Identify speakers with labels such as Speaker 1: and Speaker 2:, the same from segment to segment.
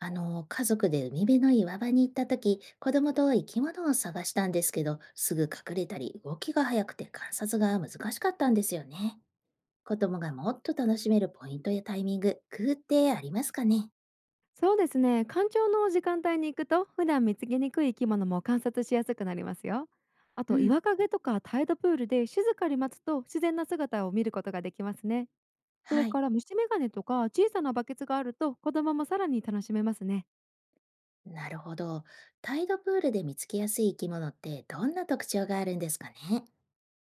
Speaker 1: 家族で海辺の岩場に行った時、子供と生き物を探したんですけど、すぐ隠れたり、動きが速くて観察が難しかったんですよね。子供がもっと楽しめるポイントやタイミング、工夫ってありますかね。
Speaker 2: そうですね、干潮の時間帯に行くと普段見つけにくい生き物も観察しやすくなりますよ。あ
Speaker 1: う
Speaker 2: と、
Speaker 1: ん、
Speaker 2: 岩陰とかタイドプールで静かに待つと自然な姿を見ることができますね。それ
Speaker 1: はい。
Speaker 2: から、虫眼鏡とか小さなバケツがあると子供もさらに楽しめますね。
Speaker 1: なるほど。タイドプールで見つけやすい生き物ってどんな特徴があるんですかね。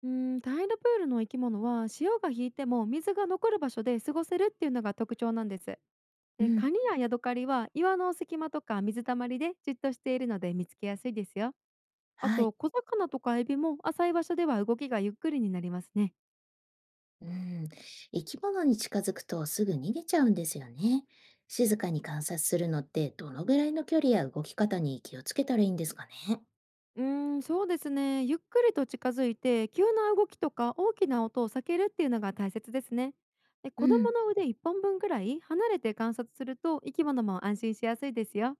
Speaker 2: タイドプールの生き物は、潮が引いても水が残る場所で過ごせるっていうのが特徴なんです。
Speaker 1: う
Speaker 2: で、カ
Speaker 1: ん、
Speaker 2: ニやヤドカリは岩の隙間とか水たまりでじっとしているので見つけやすいですよ。あ
Speaker 1: はい。
Speaker 2: と、小魚とかエビも浅い場所では動きがゆっくりになりますね。
Speaker 1: うん、生き物に近づくとすぐ逃げちゃうんですよね。静かに観察するのってどのぐらいの距離や動き方に気をつけたらいいんですかね。
Speaker 2: そうですね。ゆっくりと近づいて、急な動きとか大きな音を避けるっていうのが大切ですね。で、
Speaker 1: う
Speaker 2: 子供
Speaker 1: ん、
Speaker 2: の腕1本分くらい離れて観察すると生き物も安心しやすいですよ。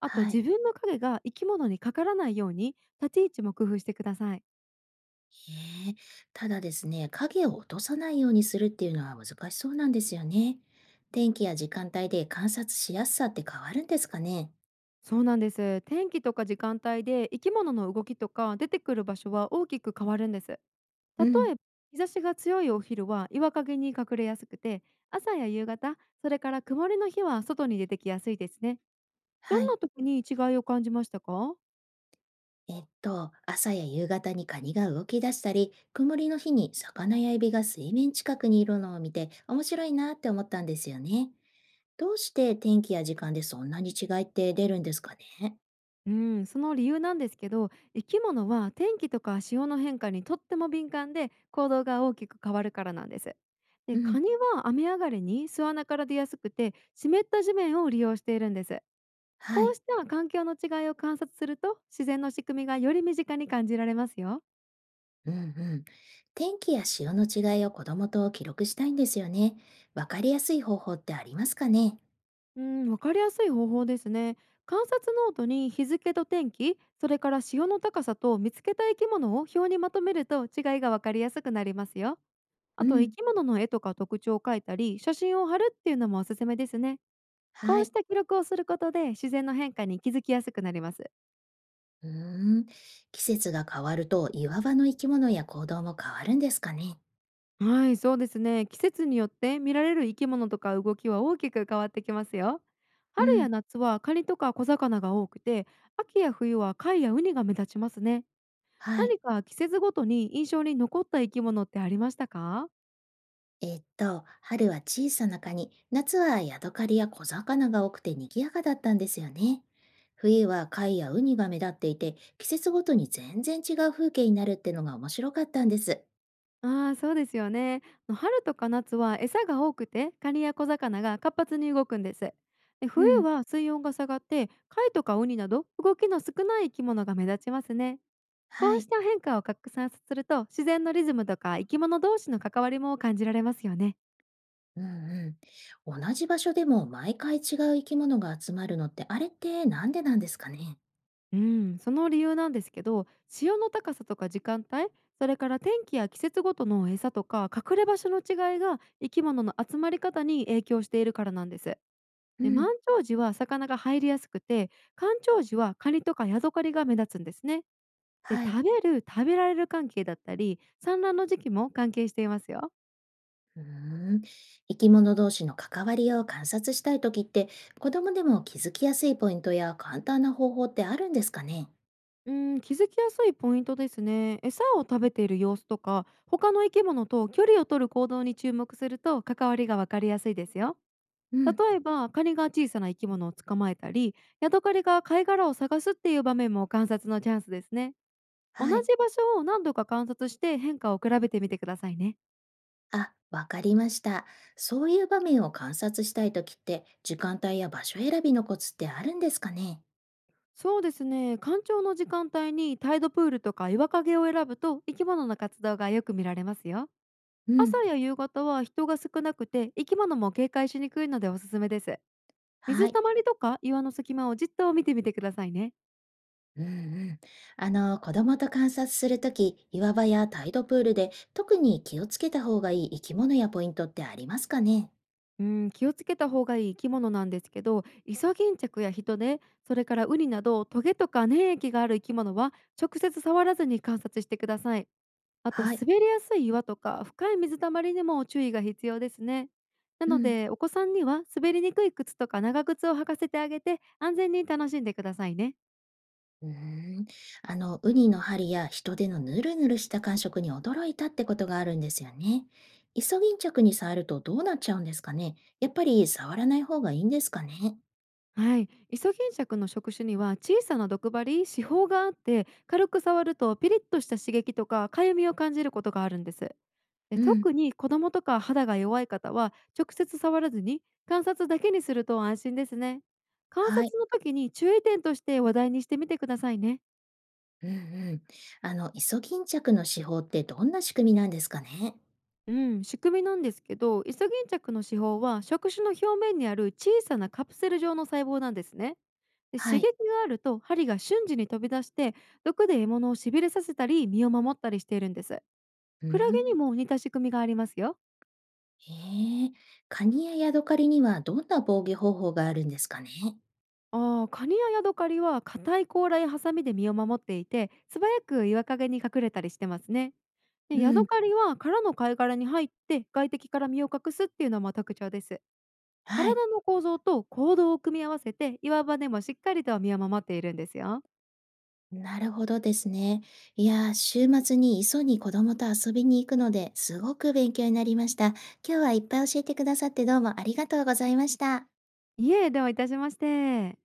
Speaker 2: あと、
Speaker 1: はい。
Speaker 2: 自分の影が生き物にかからないように立ち位置も工夫してください。
Speaker 1: へえ。ただですね、影を落とさないようにするっていうのは難しそうなんですよね。天気や時間帯で観察しやすさって変わるんですかね。
Speaker 2: そうなんです。天気とか時間帯で生き物の動きとか出てくる場所は大きく変わるんです。例
Speaker 1: うん。
Speaker 2: えば、日差しが強いお昼は岩陰に隠れやすくて、朝や夕方、それから曇りの日は外に出てきやすいですね。ど
Speaker 1: は
Speaker 2: ん
Speaker 1: い。
Speaker 2: な時に違いを感じましたか？
Speaker 1: 朝や夕方にカニが動き出したり、曇りの日に魚やエビが水面近くにいるのを見て面白いなって思ったんですよね。どうして天気や時間でそんなに違いって出るんですかね。
Speaker 2: うんその理由なんですけど、生き物は天気とか潮の変化にとっても敏感で、行動が大きく変わるからなんです。で、
Speaker 1: うん、
Speaker 2: カニは雨上がりに巣穴から出やすくて、湿った地面を利用しているんです。
Speaker 1: は
Speaker 2: こう
Speaker 1: い。
Speaker 2: した環境の違いを観察すると、自然の仕組みがより身近に感じられますよ。
Speaker 1: うんうん。天気や潮の違いを子供と記録したいんですよね。わかりやすい方法ってありますかね。
Speaker 2: うん、わかりやすい方法ですね。観察ノートに日付と天気、それから潮の高さと見つけた生き物を表にまとめると違いがわかりやすくなりますよ。
Speaker 1: う
Speaker 2: あと、
Speaker 1: ん、
Speaker 2: 生き物の絵とか特徴を描いたり、写真を貼るっていうのもおすすめですね。こ
Speaker 1: は
Speaker 2: うし
Speaker 1: い。
Speaker 2: た記録をすることで自然の変化に気づきやすくなります。
Speaker 1: うーん。季節が変わると岩場の生き物や行動も変わるんですかね。
Speaker 2: はい、そうですね。季節によって見られる生き物とか動きは大きく変わってきますよ。
Speaker 1: う
Speaker 2: 春や
Speaker 1: ん、
Speaker 2: 夏はカニとか小魚が多くて、秋や冬は貝やウニが目立ちますね。
Speaker 1: はい。
Speaker 2: 何か季節ごとに印象に残った生き物ってありましたか？
Speaker 1: 春は小さなカニ、夏はヤドカリや小魚が多くて賑やかだったんですよね。冬は貝やウニが目立っていて、季節ごとに全然違う風景になるってのが面白かったんです。
Speaker 2: ああー、そうですよね。あの、春とか夏は餌が多くて、カニや小魚が活発に動くんです。で、
Speaker 1: う
Speaker 2: 冬
Speaker 1: ん。
Speaker 2: は水温が下がって、貝とかウニなど動きの少ない生き物が目立ちますね。
Speaker 1: は
Speaker 2: こうし
Speaker 1: い。
Speaker 2: た変化を拡散すると、自然のリズムとか生き物同士の関わりも感じられますよね。
Speaker 1: うんうん。同じ場所でも毎回違う生き物が集まるのってあれってなんでなんですかね。
Speaker 2: うん、その理由なんですけど、潮の高さとか時間帯、それから天気や季節ごとの餌とか隠れ場所の違いが生き物の集まり方に影響しているからなんです。
Speaker 1: う
Speaker 2: で、満
Speaker 1: ん。
Speaker 2: 潮時は魚が入りやすくて、干潮時はカニとかヤドカリが目立つんですね。で、
Speaker 1: はい。
Speaker 2: 食べる食べられる関係だったり、産卵の時期も関係していますよ。
Speaker 1: うーん。生き物同士の関わりを観察したいときって、子供でも気づきやすいポイントや簡単な方法ってあるんですかね。
Speaker 2: うん、気づきやすいポイントですね。餌を食べている様子とか他の生き物と距離を取る行動に注目すると関わりがわかりやすいですよ。
Speaker 1: うん、
Speaker 2: 例えば、カニが小さな生き物を捕まえたり、ヤドカリが貝殻を探すっていう場面も観察のチャンスですね。同じ
Speaker 1: はい。
Speaker 2: 場所を何度か観察して変化を比べてみてくださいね。
Speaker 1: あ、わかりました。そういう場面を観察したいときって、時間帯や場所選びのコツってあるんですかね。
Speaker 2: そうですね、干潮の時間帯にタイドプールとか岩陰を選ぶと生き物の活動がよく見られますよ。
Speaker 1: う
Speaker 2: 朝
Speaker 1: ん、
Speaker 2: や夕方は人が少なくて生き物も警戒しにくいのでおすすめです。
Speaker 1: は
Speaker 2: 水
Speaker 1: い。
Speaker 2: たまりとか岩の隙間をじっと見てみてくださいね。
Speaker 1: うんうん。子供と観察するとき、岩場やタイドプールで特に気をつけた方がいい生き物やポイントってありますかね。
Speaker 2: うん、気をつけた方がいい生き物なんですけど、イソギンチャクやヒトデ、それからウニなどトゲとか粘液がある生き物は直接触らずに観察してください。あと、
Speaker 1: はい。
Speaker 2: 滑りやすい岩とか深い水たまりにも注意が必要ですね。な
Speaker 1: う
Speaker 2: の
Speaker 1: ん。
Speaker 2: で、お子さんには滑りにくい靴とか長靴を履かせてあげて、安全に楽しんでくださいね。
Speaker 1: うーん、ウニの針や人手のヌルヌルした感触に驚いたってことがあるんですよね。イソギンチャクに触るとどうなっちゃうんですかね。やっぱり触らない方がいいんですかね。
Speaker 2: はい、イソギンチャクの触手には小さな毒針、刺胞があって、軽く触るとピリッとした刺激とかかゆみを感じることがあるんです。で、
Speaker 1: うん、
Speaker 2: 特に子供とか肌が弱い方は直接触らずに観察だけにすると安心ですね。観
Speaker 1: はい。
Speaker 2: 察の時に注意点として話題にしてみてくださいね。
Speaker 1: うんうん。イソギンチャクの手法ってどんな仕組みなんですかね。
Speaker 2: うん、仕組みなんですけど、イソギンチャクの刺胞は触手の表面にある小さなカプセル状の細胞なんですね。で、
Speaker 1: は
Speaker 2: 刺激
Speaker 1: い。
Speaker 2: があると針が瞬時に飛び出して、毒で獲物をしびれさせたり身を守ったりしているんです。
Speaker 1: う
Speaker 2: クラゲ
Speaker 1: ん。
Speaker 2: にも似た仕組みがありますよ。
Speaker 1: へえ、カニやヤドカリにはどんな防御方法があるんですかね。
Speaker 2: ああ、カニやヤドカリは硬い甲羅やハサミで身を守っていて、素早く岩陰に隠れたりしてますね。で、
Speaker 1: う
Speaker 2: ヤド
Speaker 1: ん、
Speaker 2: カリは殻の貝殻に入って外敵から身を隠すっていうのも特徴です。
Speaker 1: はい。
Speaker 2: 体の構造と行動を組み合わせて、岩場でもしっかりと身を守っているんですよ。
Speaker 1: なるほどですね。いやー、週末に磯に子供と遊びに行くので、すごく勉強になりました。今日はいっぱい教えてくださってどうもありがとうございました。
Speaker 2: いえ、どういたしまして。